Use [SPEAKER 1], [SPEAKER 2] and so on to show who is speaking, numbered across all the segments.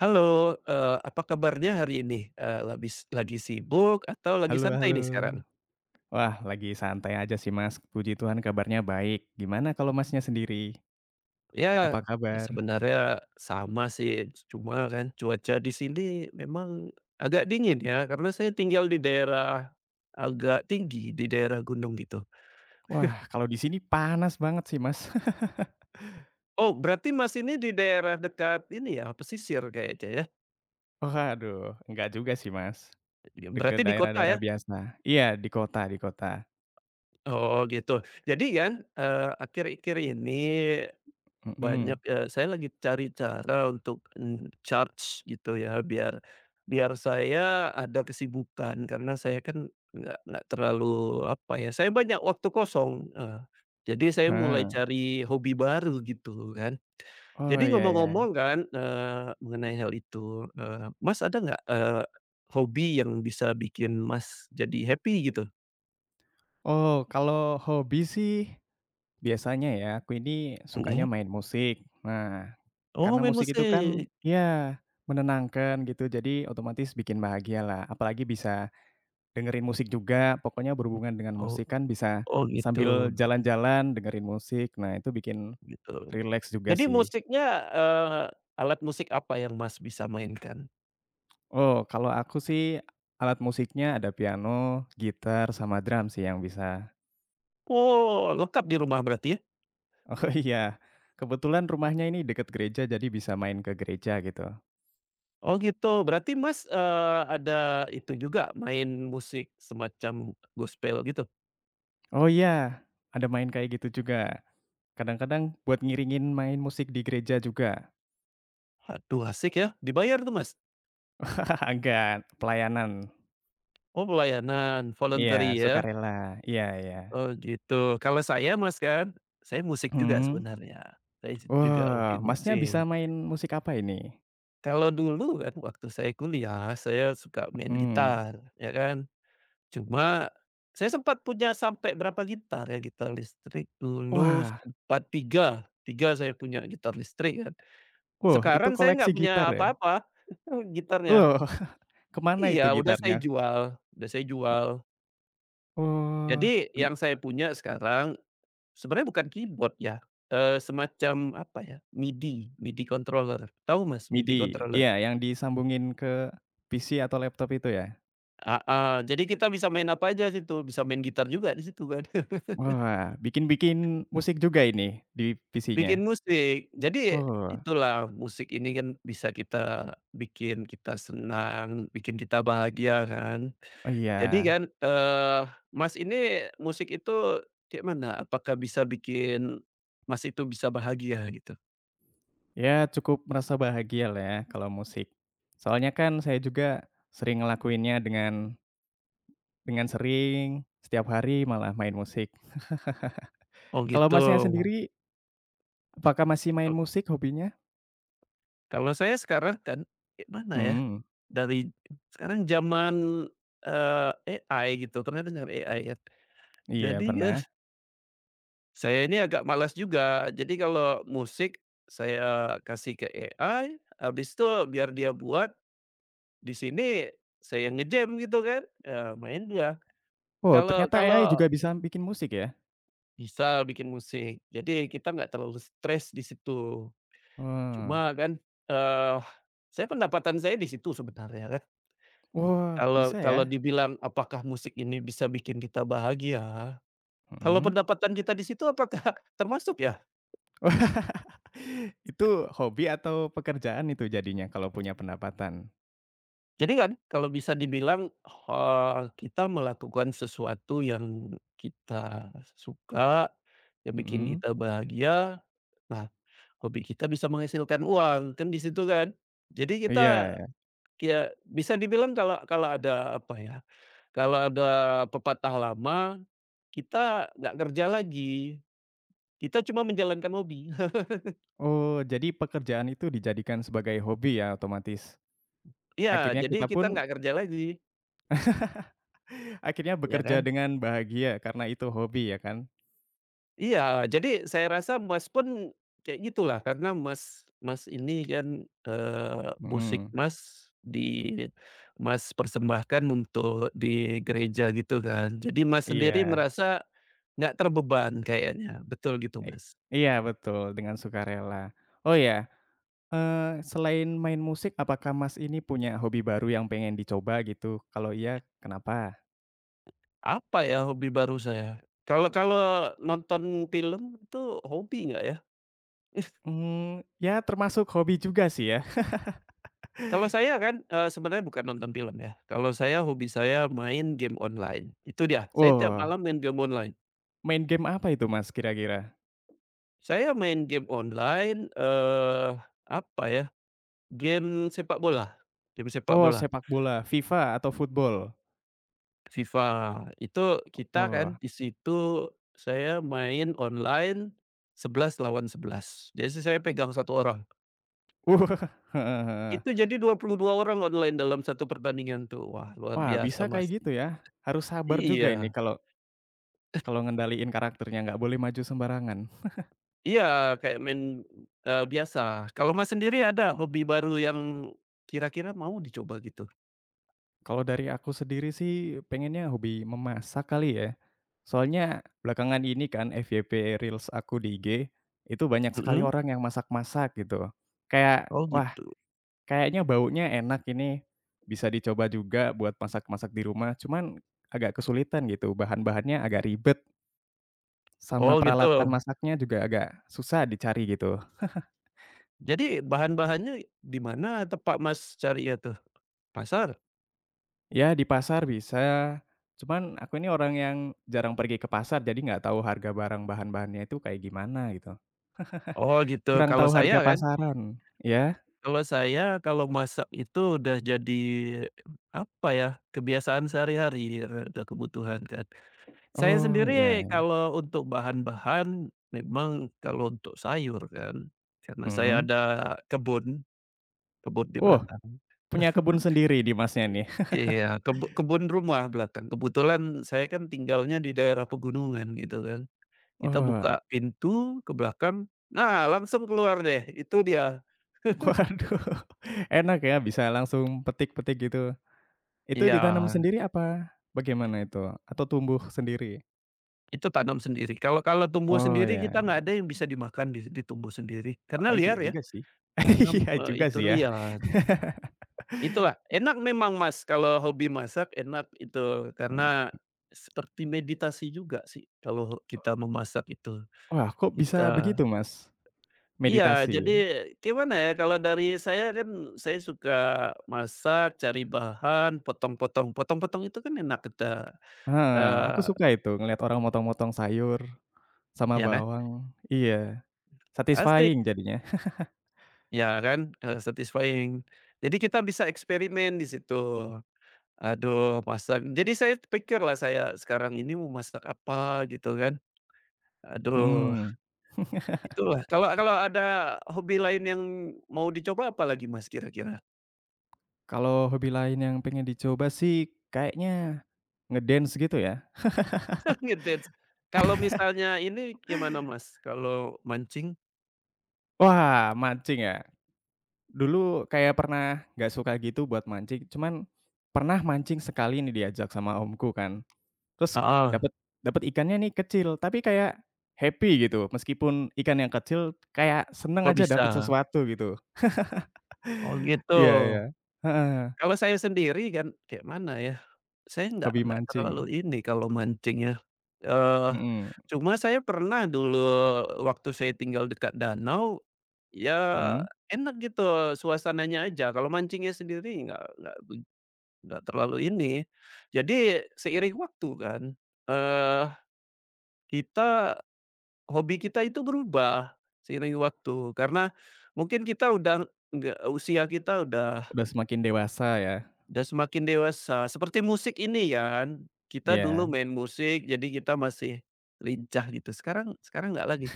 [SPEAKER 1] Halo, apa kabarnya hari ini? Labis lagi sibuk atau lagi
[SPEAKER 2] Halo,
[SPEAKER 1] santai
[SPEAKER 2] halo.
[SPEAKER 1] nih sekarang?
[SPEAKER 2] Wah, lagi santai aja sih, Mas, puji Tuhan kabarnya baik. Gimana kalau Masnya sendiri,
[SPEAKER 1] Ya,
[SPEAKER 2] apa
[SPEAKER 1] ya
[SPEAKER 2] kabar?
[SPEAKER 1] sebenarnya sama sih, cuma kan cuaca di sini memang agak dingin ya, karena saya tinggal di daerah agak tinggi, di daerah gunung gitu.
[SPEAKER 2] Wah, kalau di sini panas banget sih, Mas.
[SPEAKER 1] Oh, berarti Mas ini di daerah dekat ini ya, pesisir kayaknya ya?
[SPEAKER 2] Waduh, enggak juga sih, Mas.
[SPEAKER 1] Ya,
[SPEAKER 2] Dekat
[SPEAKER 1] berarti di kota
[SPEAKER 2] daerah-daerah
[SPEAKER 1] ya?
[SPEAKER 2] biasa. Iya, di kota di kota.
[SPEAKER 1] Oh gitu. Jadi kan, akhir-akhir ini banyak,
[SPEAKER 2] Mhm,
[SPEAKER 1] saya lagi cari cara untuk, charge gitu ya, biar biar saya ada kesibukan karena saya kan nggak terlalu apa ya, saya banyak waktu kosong, heeh. Jadi saya mulai
[SPEAKER 2] heeh.
[SPEAKER 1] cari hobi baru gitu kan.
[SPEAKER 2] Oh,
[SPEAKER 1] Jadi
[SPEAKER 2] iya
[SPEAKER 1] ngomong-ngomong
[SPEAKER 2] ya.
[SPEAKER 1] kan, mengenai hal itu, Mas ada nggak, hobi yang bisa bikin Mas jadi happy gitu?
[SPEAKER 2] Oh, kalau hobi sih biasanya ya, aku ini sukanya
[SPEAKER 1] Mhm.
[SPEAKER 2] main musik. Nah,
[SPEAKER 1] Oh
[SPEAKER 2] karena
[SPEAKER 1] main
[SPEAKER 2] musik itu kan
[SPEAKER 1] musik.
[SPEAKER 2] ya, menenangkan gitu, jadi otomatis bikin bahagia lah. Apalagi bisa dengerin musik juga, pokoknya berhubungan dengan
[SPEAKER 1] Oh,
[SPEAKER 2] musik kan bisa
[SPEAKER 1] oh gitu
[SPEAKER 2] sambil jalan-jalan dengerin musik, nah itu bikin
[SPEAKER 1] gitu.
[SPEAKER 2] rileks juga
[SPEAKER 1] Jadi
[SPEAKER 2] sih.
[SPEAKER 1] musiknya, eee, alat musik apa yang Mas bisa mainkan?
[SPEAKER 2] Oh, kalau aku sih alat musiknya ada piano, gitar, sama drum sih yang bisa.
[SPEAKER 1] Oh, lengkap di rumah berarti ya?
[SPEAKER 2] Oh iya, kebetulan rumahnya ini deket gereja jadi bisa main ke gereja gitu.
[SPEAKER 1] Oh gitu, berarti Mas, ada itu juga main musik semacam gospel gitu?
[SPEAKER 2] Oh iya, ada main kayak gitu juga. Kadang-kadang buat ngiringin main musik di gereja juga.
[SPEAKER 1] Aduh asik ya, dibayar tuh Mas?
[SPEAKER 2] Enggak, pelayanan.
[SPEAKER 1] Oh pelayanan,
[SPEAKER 2] Iya,
[SPEAKER 1] voluntary ya?
[SPEAKER 2] sukarela, iya iya.
[SPEAKER 1] Oh gitu, kalau saya Mas kan, saya musik juga
[SPEAKER 2] Mhm.
[SPEAKER 1] sebenarnya, saya juga hobi
[SPEAKER 2] Wah, Masnya bisa
[SPEAKER 1] musik.
[SPEAKER 2] main musik apa ini?
[SPEAKER 1] Kalau dulu kan waktu saya kuliah, saya suka main
[SPEAKER 2] Mhm.
[SPEAKER 1] gitar, ya kan? Cuma, saya sempat punya sampai berapa gitar ya, gitar listrik dulu
[SPEAKER 2] Wah,
[SPEAKER 1] sempat 3 3 saya punya gitar listrik kan.
[SPEAKER 2] wah itu
[SPEAKER 1] Sekarang saya
[SPEAKER 2] koleksi
[SPEAKER 1] nggak punya
[SPEAKER 2] gitar ya?
[SPEAKER 1] apa-apa gitarnya.
[SPEAKER 2] Loh, kemana itu
[SPEAKER 1] Iya,
[SPEAKER 2] gitarnya?
[SPEAKER 1] udah saya jual.
[SPEAKER 2] Oh,
[SPEAKER 1] Jadi
[SPEAKER 2] m
[SPEAKER 1] yang saya punya sekarang sebenarnya bukan keyboard ya, semacam apa ya, MIDI MIDI controller. Tahu Mas MIDI
[SPEAKER 2] MIDI?
[SPEAKER 1] controller?
[SPEAKER 2] Iya, yang disambungin ke PC atau laptop itu ya?
[SPEAKER 1] Heeh, jadi kita bisa main apa aja situ, bisa main gitar juga di situ kan.
[SPEAKER 2] Wah, bikin-bikin musik juga ini di
[SPEAKER 1] Bikin
[SPEAKER 2] PC-nya?
[SPEAKER 1] musik. Jadi
[SPEAKER 2] Oh,
[SPEAKER 1] itulah musik ini kan bisa kita bikin kita senang, bikin kita bahagia kan.
[SPEAKER 2] oh
[SPEAKER 1] Jadi
[SPEAKER 2] iya.
[SPEAKER 1] kan, Mas ini musik itu kayak mana? Apakah bisa bikin Mas itu bisa bahagia gitu?
[SPEAKER 2] Ya cukup merasa bahagia lah ya kalau musik. Soalnya kan saya juga sering ngelakuinnya dengan sering, setiap hari malah main musik.
[SPEAKER 1] Oh
[SPEAKER 2] Kalau
[SPEAKER 1] gitu.
[SPEAKER 2] Masnya sendiri, apakah masih main
[SPEAKER 1] Kal
[SPEAKER 2] musik hobinya?
[SPEAKER 1] Kalau saya sekarang kan kayak mana ya,
[SPEAKER 2] Hmm,
[SPEAKER 1] dari sekarang zaman, eee, AI gitu, ternyata dengan AI ya.
[SPEAKER 2] iya
[SPEAKER 1] Jadi ya
[SPEAKER 2] pernah.
[SPEAKER 1] saya ini agak malas juga. Jadi kalau musik saya kasih ke AI, habis itu biar dia buat, di sini saya ngejam gitu kan, ya main dia.
[SPEAKER 2] Oh
[SPEAKER 1] Kalau
[SPEAKER 2] ternyata AI
[SPEAKER 1] kalau
[SPEAKER 2] juga bisa bikin musik ya?
[SPEAKER 1] bisa bikin musik, jadi kita nggak terlalu stres di situ.
[SPEAKER 2] Wah.
[SPEAKER 1] Cuma kan, eee, saya pendapatan saya di situ sebenarnya kan.
[SPEAKER 2] Wah
[SPEAKER 1] Kalau
[SPEAKER 2] bisa ya?
[SPEAKER 1] kalau dibilang apakah musik ini bisa bikin kita bahagia, kalau
[SPEAKER 2] Mhm.
[SPEAKER 1] pendapatan kita di situ apakah termasuk ya?
[SPEAKER 2] Itu hobi atau pekerjaan itu jadinya kalau punya pendapatan?
[SPEAKER 1] Jadi kan kalau bisa dibilang, kita melakukan sesuatu yang kita suka, yang bikin
[SPEAKER 2] Mhm,
[SPEAKER 1] kita bahagia, nah hobi kita bisa menghasilkan uang, kan di situ kan. Jadi
[SPEAKER 2] iya.
[SPEAKER 1] kita
[SPEAKER 2] Ya.
[SPEAKER 1] ya bisa dibilang kalau kalau ada apa ya, kalau ada pepatah lama, kita nggak kerja lagi, kita cuma menjalankan hobi.
[SPEAKER 2] Oh jadi pekerjaan itu dijadikan sebagai hobi ya otomatis?
[SPEAKER 1] Ya
[SPEAKER 2] Akhirnya
[SPEAKER 1] jadi
[SPEAKER 2] kita
[SPEAKER 1] kita
[SPEAKER 2] pun
[SPEAKER 1] nggak kerja lagi,
[SPEAKER 2] akhirnya
[SPEAKER 1] ya
[SPEAKER 2] bekerja
[SPEAKER 1] kan?
[SPEAKER 2] dengan bahagia karena itu hobi ya kan?
[SPEAKER 1] Iya, jadi saya rasa Mas pun kayak gitulah karena Mas Mas ini kan, musik
[SPEAKER 2] Mhm,
[SPEAKER 1] Mas di Mas persembahkan untuk di gereja gitu kan. Jadi Mas sendiri
[SPEAKER 2] iya.
[SPEAKER 1] merasa nggak terbeban kayaknya, betul gitu
[SPEAKER 2] I
[SPEAKER 1] Mas?
[SPEAKER 2] iya betul, dengan sukarela. Oh ya, selain main musik apakah Mas ini punya hobi baru yang pengen dicoba gitu? Kalau iya kenapa?
[SPEAKER 1] Apa ya hobi baru saya? Kalau kalau nonton film itu hobi nggak ya?
[SPEAKER 2] Ya termasuk hobi juga sih ya.
[SPEAKER 1] Kalau saya kan, sebenarnya bukan nonton film ya, kalau saya hobi saya main game online, itu dia, saya tiap
[SPEAKER 2] Wah,
[SPEAKER 1] malam main game online.
[SPEAKER 2] main game apa itu Mas kira-kira?
[SPEAKER 1] Saya main game online, apa ya, game sepak bola game sepak
[SPEAKER 2] Oh
[SPEAKER 1] bola,
[SPEAKER 2] sepak bola, FIFA atau football?
[SPEAKER 1] FIFA. Itu kita
[SPEAKER 2] Oh.
[SPEAKER 1] kan di situ saya main online 11 lawan 11. Jadi si saya pegang satu orang.
[SPEAKER 2] Wah, heeh heeh.
[SPEAKER 1] Itu jadi 22 orang online dalam satu pertandingan tuh. Wah, luar
[SPEAKER 2] Wah
[SPEAKER 1] biasa,
[SPEAKER 2] bisa
[SPEAKER 1] Mas.
[SPEAKER 2] kayak gitu ya? Harus sabar juga ini
[SPEAKER 1] Iya
[SPEAKER 2] kalau kalau ngendaliin karakternya, nggak boleh maju sembarangan.
[SPEAKER 1] iya, kayak main, biasa. Kalau Mas sendiri ada hobi baru yang kira-kira mau dicoba gitu?
[SPEAKER 2] Kalau dari aku sendiri sih pengennya hobi memasak kali ya. Soalnya belakangan ini kan FYP reels aku di IG, itu banyak sekali
[SPEAKER 1] Mhm.
[SPEAKER 2] orang yang masak-masak gitu. Kayak,
[SPEAKER 1] Oh
[SPEAKER 2] wah
[SPEAKER 1] gitu.
[SPEAKER 2] kayaknya baunya enak ini, bisa dicoba juga buat masak-masak di rumah, cuman agak kesulitan gitu, bahan-bahannya agak ribet, sama
[SPEAKER 1] Oh
[SPEAKER 2] peralatan
[SPEAKER 1] gitu.
[SPEAKER 2] masaknya juga agak susah dicari gitu.
[SPEAKER 1] Jadi bahan-bahannya di mana tempat Mas carinya tuh? Pasar?
[SPEAKER 2] Ya di pasar bisa, cuman aku ini orang yang jarang pergi ke pasar, jadi nggak tahu harga barang bahan-bahannya itu kayak gimana gitu.
[SPEAKER 1] Oh gitu.
[SPEAKER 2] Kurang
[SPEAKER 1] Kalau
[SPEAKER 2] tahu
[SPEAKER 1] saya
[SPEAKER 2] harga
[SPEAKER 1] kan,
[SPEAKER 2] pasaran, ya?
[SPEAKER 1] kalau saya kalau masak itu udah jadi, apa ya, kebiasaan sehari-hari, ada kebutuhan kan. Saya
[SPEAKER 2] Oh, ya.
[SPEAKER 1] sendiri kalau untuk bahan-bahan memang kalau untuk sayur kan, karena saya
[SPEAKER 2] Mhm.
[SPEAKER 1] ada kebun, kebun di
[SPEAKER 2] Wah,
[SPEAKER 1] belakang.
[SPEAKER 2] punya kebun sendiri nih Masnya nih?
[SPEAKER 1] Iya, kebun rumah belakang. Kebetulan saya kan tinggalnya di daerah pegunungan gitu kan. Kita
[SPEAKER 2] Wah,
[SPEAKER 1] buka pintu ke belakang, nah langsung keluar deh, itu dia.
[SPEAKER 2] waduh, enak ya bisa langsung petik-petik gitu. Itu
[SPEAKER 1] Iya,
[SPEAKER 2] ditanam sendiri apa bagaimana itu? Atau tumbuh sendiri?
[SPEAKER 1] itu tanam sendiri. Kalau kalau tumbuh
[SPEAKER 2] Oh
[SPEAKER 1] sendiri kita
[SPEAKER 2] ya,
[SPEAKER 1] nggak ada yang bisa dimakan di ditumbuh sendiri, karena
[SPEAKER 2] oh
[SPEAKER 1] liar
[SPEAKER 2] iya
[SPEAKER 1] ya,
[SPEAKER 2] juga sih.
[SPEAKER 1] karena,
[SPEAKER 2] Iya juga
[SPEAKER 1] itu
[SPEAKER 2] sih ya.
[SPEAKER 1] liar. Itulah, enak memang Mas, kalau hobi masak enak itu, karena seperti meditasi juga sih kalau kita memasak itu.
[SPEAKER 2] Wah, kok bisa
[SPEAKER 1] Kita
[SPEAKER 2] begitu Mas,
[SPEAKER 1] iya, jadi
[SPEAKER 2] meditasi?
[SPEAKER 1] gimana ya, kalau dari saya kan saya suka masak, cari bahan, potong-potong. Potong-potong itu kan enak kita,
[SPEAKER 2] Heeh, aku
[SPEAKER 1] eee,
[SPEAKER 2] suka itu ngelihat orang motong-motong sayur sama
[SPEAKER 1] ya kan?
[SPEAKER 2] bawang. Iya,
[SPEAKER 1] Asik,
[SPEAKER 2] satisfying jadinya.
[SPEAKER 1] ya kan? Satisfying. Jadi kita bisa eksperimen di situ. Aduh masak jadi saya pikir lah saya sekarang ini mau masak apa gitu kan. Aduh,
[SPEAKER 2] Mhm.
[SPEAKER 1] itulah. Kalau kalau ada hobi lain yang mau dicoba apa lagi Mas kira-kira?
[SPEAKER 2] Kalau hobi lain yang pengen dicoba sih kayaknya ngedance gitu ya.
[SPEAKER 1] Ngedance. Kalau misalnya ini gimana Mas, kalau mancing?
[SPEAKER 2] Wah, mancing ya. Dulu kayak pernah nggak suka gitu buat mancing, cuman pernah mancing sekali nih diajak sama omku kan. Terus
[SPEAKER 1] Heeh,
[SPEAKER 2] dapat dapat ikannya nih kecil, tapi kayak happy gitu. Meskipun ikan yang kecil kayak seneng
[SPEAKER 1] kok
[SPEAKER 2] aja dapat
[SPEAKER 1] bisa?
[SPEAKER 2] sesuatu gitu.
[SPEAKER 1] Oh gitu.
[SPEAKER 2] Iya iya. Heeh,
[SPEAKER 1] Kalau saya sendiri kan kayak mana ya, saya nggak
[SPEAKER 2] hobi
[SPEAKER 1] nggak terlalu
[SPEAKER 2] mancing.
[SPEAKER 1] ini kalau mancing ya, eee,
[SPEAKER 2] Mhm
[SPEAKER 1] cuma saya pernah dulu waktu saya tinggal dekat danau, ya
[SPEAKER 2] mhm.
[SPEAKER 1] enak gitu suasananya aja, kalau mancingnya sendiri nggak terlalu ini. Jadi seiring waktu kan, eh kita Hobi kita itu berubah seiring waktu karena mungkin kita udah nggak usia kita udah
[SPEAKER 2] Udah semakin dewasa ya.
[SPEAKER 1] udah semakin dewasa seperti musik ini ya kan, kita dulu
[SPEAKER 2] Iya.
[SPEAKER 1] main musik jadi kita masih lincah gitu sekarang sekarang nggak lagi.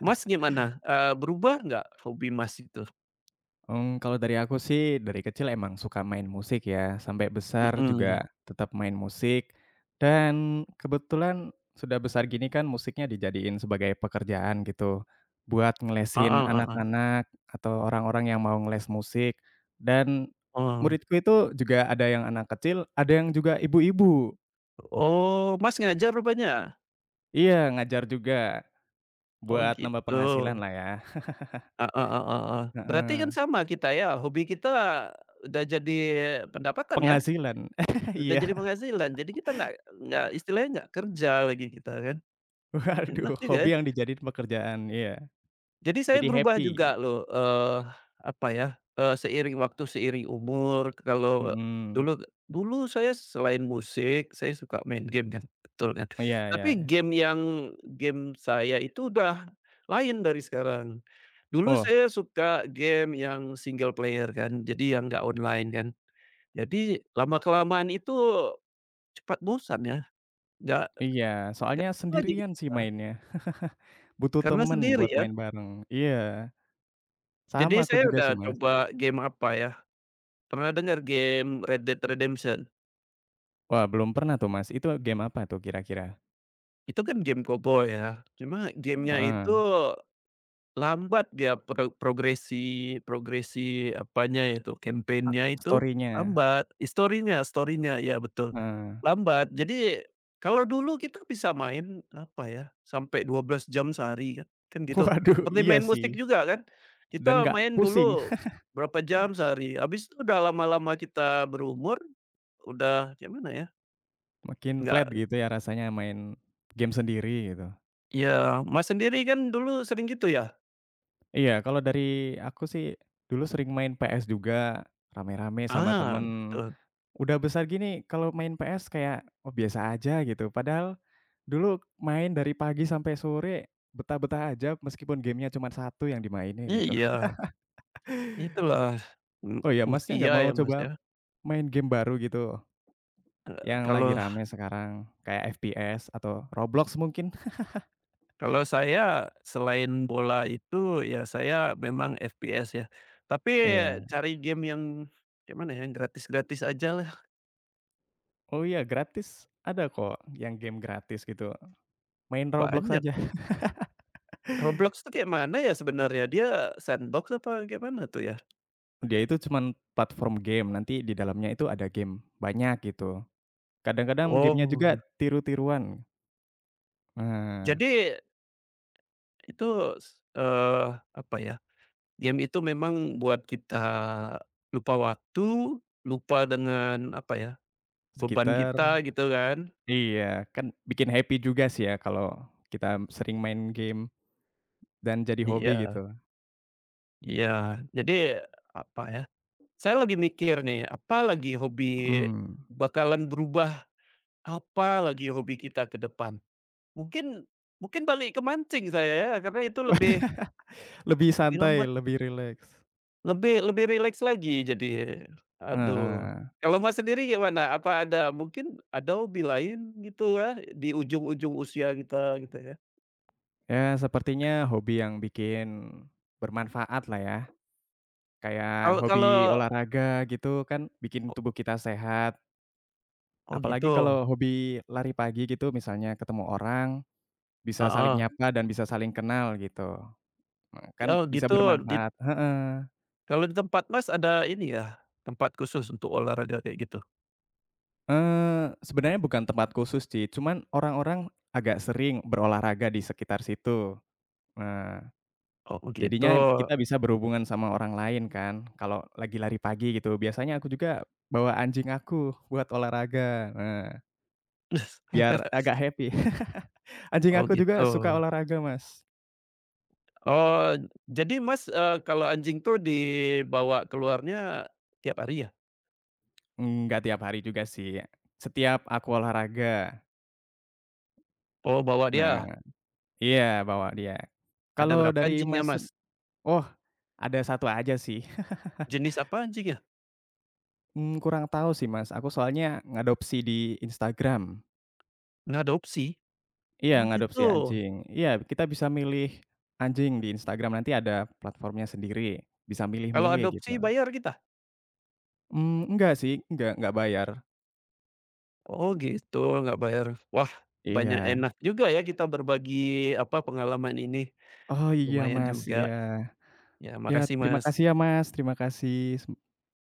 [SPEAKER 1] Mas gimana, berubah nggak hobi Mas itu?
[SPEAKER 2] Kalau dari aku sih, dari kecil emang suka main musik ya, sampai besar
[SPEAKER 1] Mhm,
[SPEAKER 2] juga tetap main musik, dan kebetulan sudah besar gini kan musiknya dijadiin sebagai pekerjaan gitu, buat ngelesin
[SPEAKER 1] heeh heeh,
[SPEAKER 2] anak-anak atau orang-orang yang mau ngeles musik, dan
[SPEAKER 1] oh
[SPEAKER 2] muridku itu juga ada yang anak kecil, ada yang juga ibu-ibu.
[SPEAKER 1] oh Mas ngajar rupanya?
[SPEAKER 2] Iya, ngajar juga
[SPEAKER 1] Oh
[SPEAKER 2] buat nambah
[SPEAKER 1] gitu,
[SPEAKER 2] penghasilan lah ya.
[SPEAKER 1] ah, ah, ah, ah. Ah. Berarti kan
[SPEAKER 2] Heeh,
[SPEAKER 1] sama kita ya hobi kita udah jadi pendapatan ya?
[SPEAKER 2] penghasilan.
[SPEAKER 1] Udah jadi
[SPEAKER 2] Iya,
[SPEAKER 1] penghasilan, jadi kita nggak istilahnya nggak kerja lagi kita kan, enak
[SPEAKER 2] waduh
[SPEAKER 1] juga
[SPEAKER 2] hobi
[SPEAKER 1] ya.
[SPEAKER 2] yang dijadiin pekerjaan, iya.
[SPEAKER 1] Jadi saya
[SPEAKER 2] Jadi
[SPEAKER 1] berubah juga
[SPEAKER 2] happy,
[SPEAKER 1] loh, apa ya, seiring waktu, seiring umur kalau
[SPEAKER 2] mhm,
[SPEAKER 1] dulu dulu saya selain musik, saya suka main game kan, betul kan.
[SPEAKER 2] iya iya.
[SPEAKER 1] Tapi game saya itu udah lain dari sekarang. Dulu
[SPEAKER 2] Oh,
[SPEAKER 1] saya suka game yang single player kan, jadi yang nggak online kan. Jadi lama kelamaan itu cepat bosan ya, nggak
[SPEAKER 2] iya, soalnya
[SPEAKER 1] nggak itu aja.
[SPEAKER 2] sendirian sih mainnya, butuh
[SPEAKER 1] Karena
[SPEAKER 2] temen
[SPEAKER 1] sendiri
[SPEAKER 2] buat
[SPEAKER 1] ya?
[SPEAKER 2] main bareng, iya,
[SPEAKER 1] Jadi
[SPEAKER 2] sama aku
[SPEAKER 1] saya
[SPEAKER 2] juga
[SPEAKER 1] udah
[SPEAKER 2] sih, Mas.
[SPEAKER 1] coba game apa ya, pernah dengar game Red Dead Redemption,
[SPEAKER 2] Wah, belum pernah tuh, Mas, itu game apa tuh kira-kira?
[SPEAKER 1] itu kan game cowboy ya, cuma gamenya itu
[SPEAKER 2] Heeh,
[SPEAKER 1] lambat dia progresi apanya itu, kampanyenya itu
[SPEAKER 2] story-nya,
[SPEAKER 1] lambat, historinya story ya betul,
[SPEAKER 2] heeh.
[SPEAKER 1] lambat. Jadi kalau dulu kita bisa main, apa ya, sampai 12 jam sehari kan gitu.
[SPEAKER 2] Waduh,
[SPEAKER 1] Seperti
[SPEAKER 2] iya
[SPEAKER 1] main musik
[SPEAKER 2] sih,
[SPEAKER 1] juga kan,
[SPEAKER 2] dan
[SPEAKER 1] kita
[SPEAKER 2] nggak
[SPEAKER 1] main
[SPEAKER 2] pusing,
[SPEAKER 1] dulu berapa jam sehari, habis itu udah lama-lama kita berumur, udah gimana ya,
[SPEAKER 2] makin flat
[SPEAKER 1] nggak
[SPEAKER 2] gitu ya rasanya main game sendiri gitu.
[SPEAKER 1] ya Mas sendiri kan dulu sering gitu ya?
[SPEAKER 2] Iya, kalau dari aku sih dulu sering main PS juga, rame-rame sama
[SPEAKER 1] Ah,
[SPEAKER 2] temen.
[SPEAKER 1] betul,
[SPEAKER 2] Udah besar gini kalau main PS kayak, oh, biasa aja gitu, padahal dulu main dari pagi sampai sore, betah-betah aja meskipun gamenya cuma satu yang dimainin gitu.
[SPEAKER 1] iya. Itulah, u
[SPEAKER 2] Oh ya, Masnya
[SPEAKER 1] usia
[SPEAKER 2] nggak mau
[SPEAKER 1] ya, Mas,
[SPEAKER 2] coba
[SPEAKER 1] ya.
[SPEAKER 2] main game baru gitu yang lagi
[SPEAKER 1] Kalau
[SPEAKER 2] rame sekarang kayak FPS atau Roblox mungkin?
[SPEAKER 1] kalau saya selain bola itu, ya saya memang FPS ya. Tapi
[SPEAKER 2] Iya.
[SPEAKER 1] cari game yang gimana ya, yang gratis-gratis aja lah
[SPEAKER 2] Oh iya, gratis, ada kok yang game gratis gitu, main Roblox
[SPEAKER 1] banyak.
[SPEAKER 2] aja.
[SPEAKER 1] Roblox tuh kayak mana ya sebenarnya? Dia sandbox apa gimana tuh ya?
[SPEAKER 2] Dia itu cuman platform game, nanti di dalamnya itu ada game banyak gitu. Kadang-kadang game-nya
[SPEAKER 1] Oh,
[SPEAKER 2] juga tiru-tiruan. Nah.
[SPEAKER 1] jadi itu s apa ya, game itu memang buat kita lupa waktu, lupa dengan apa ya, beban
[SPEAKER 2] Sekitar.
[SPEAKER 1] kita gitu kan.
[SPEAKER 2] Iya, kan bikin happy juga sih ya kalau kita sering main game dan jadi hobi
[SPEAKER 1] Iya.
[SPEAKER 2] gitu.
[SPEAKER 1] Iya, jadi apa ya, saya lagi mikir nih, apa lagi hobi
[SPEAKER 2] Mhm,
[SPEAKER 1] bakalan berubah, apa lagi hobi kita ke depan. Mungkin mungkin balik ke mancing saya ya, karena itu lebih
[SPEAKER 2] lebih
[SPEAKER 1] lebih
[SPEAKER 2] santai,
[SPEAKER 1] lambat,
[SPEAKER 2] lebih rileks.
[SPEAKER 1] lebih lebih rileks lagi jadi, aduh.
[SPEAKER 2] Heeh,
[SPEAKER 1] Kalau Mas sendiri gimana? Apa ada mungkin ada hobi lain gitu ya, di ujung-ujung usia kita gitu ya?
[SPEAKER 2] ya sepertinya hobi yang bikin bermanfaat lah ya, kayak
[SPEAKER 1] Kalau
[SPEAKER 2] hobi
[SPEAKER 1] kalau
[SPEAKER 2] olahraga gitu kan bikin
[SPEAKER 1] oh
[SPEAKER 2] tubuh kita sehat,
[SPEAKER 1] oh
[SPEAKER 2] apalagi
[SPEAKER 1] gitu?
[SPEAKER 2] kalau hobi lari pagi gitu misalnya ketemu orang, bisa saling
[SPEAKER 1] Heeh.
[SPEAKER 2] nyapa dan bisa saling kenal gitu, kan
[SPEAKER 1] Oh
[SPEAKER 2] bisa
[SPEAKER 1] gitu. di
[SPEAKER 2] bermanfaat heeh.
[SPEAKER 1] Kalau di tempat Mas ada ini ya, tempat khusus untuk olahraga kayak gitu?
[SPEAKER 2] Sebenarnya bukan tempat khusus sih, cuman orang-orang agak sering berolahraga di sekitar situ. Nah,
[SPEAKER 1] Oh gitu.
[SPEAKER 2] jadinya kita bisa berhubungan sama orang lain kan, kalau lagi lari pagi gitu. Biasanya aku juga bawa anjing aku buat olahraga, nah, biar agak happy. Anjing
[SPEAKER 1] Oh
[SPEAKER 2] aku
[SPEAKER 1] gitu.
[SPEAKER 2] juga suka olahraga, Mas.
[SPEAKER 1] Oh, jadi Mas, kalau anjing tuh dibawa keluarnya tiap hari ya?
[SPEAKER 2] Enggak tiap hari juga sih, setiap aku olahraga.
[SPEAKER 1] Oh bawa
[SPEAKER 2] Nah
[SPEAKER 1] dia.
[SPEAKER 2] iya, bawa dia.
[SPEAKER 1] Ada
[SPEAKER 2] Kalau
[SPEAKER 1] berapa
[SPEAKER 2] dari
[SPEAKER 1] anjingnya
[SPEAKER 2] Mas sen
[SPEAKER 1] Mas?
[SPEAKER 2] oh, ada satu aja sih.
[SPEAKER 1] Jenis apa anjingnya?
[SPEAKER 2] Kurang tahu sih, Mas, aku soalnya ngadopsi di Instagram.
[SPEAKER 1] Ngadopsi?
[SPEAKER 2] Iya,
[SPEAKER 1] Oh
[SPEAKER 2] ngadopsi
[SPEAKER 1] gitu.
[SPEAKER 2] anjing. Iya, kita bisa milih anjing di Instagram, nanti ada platformnya sendiri, bisa
[SPEAKER 1] Kalau
[SPEAKER 2] milih-milih gitu.
[SPEAKER 1] adopsi bayar kita?
[SPEAKER 2] Enggak sih, enggak bayar.
[SPEAKER 1] Oh gitu, nggak bayar. Wah, banyak
[SPEAKER 2] Iya.
[SPEAKER 1] enak juga ya kita berbagi, apa, pengalaman ini.
[SPEAKER 2] Oh, iya,
[SPEAKER 1] Lumayan
[SPEAKER 2] Mas,
[SPEAKER 1] juga.
[SPEAKER 2] iya.
[SPEAKER 1] Ya
[SPEAKER 2] Iya,
[SPEAKER 1] makasih
[SPEAKER 2] terima
[SPEAKER 1] Mas.
[SPEAKER 2] kasih ya, Mas, terima kasih.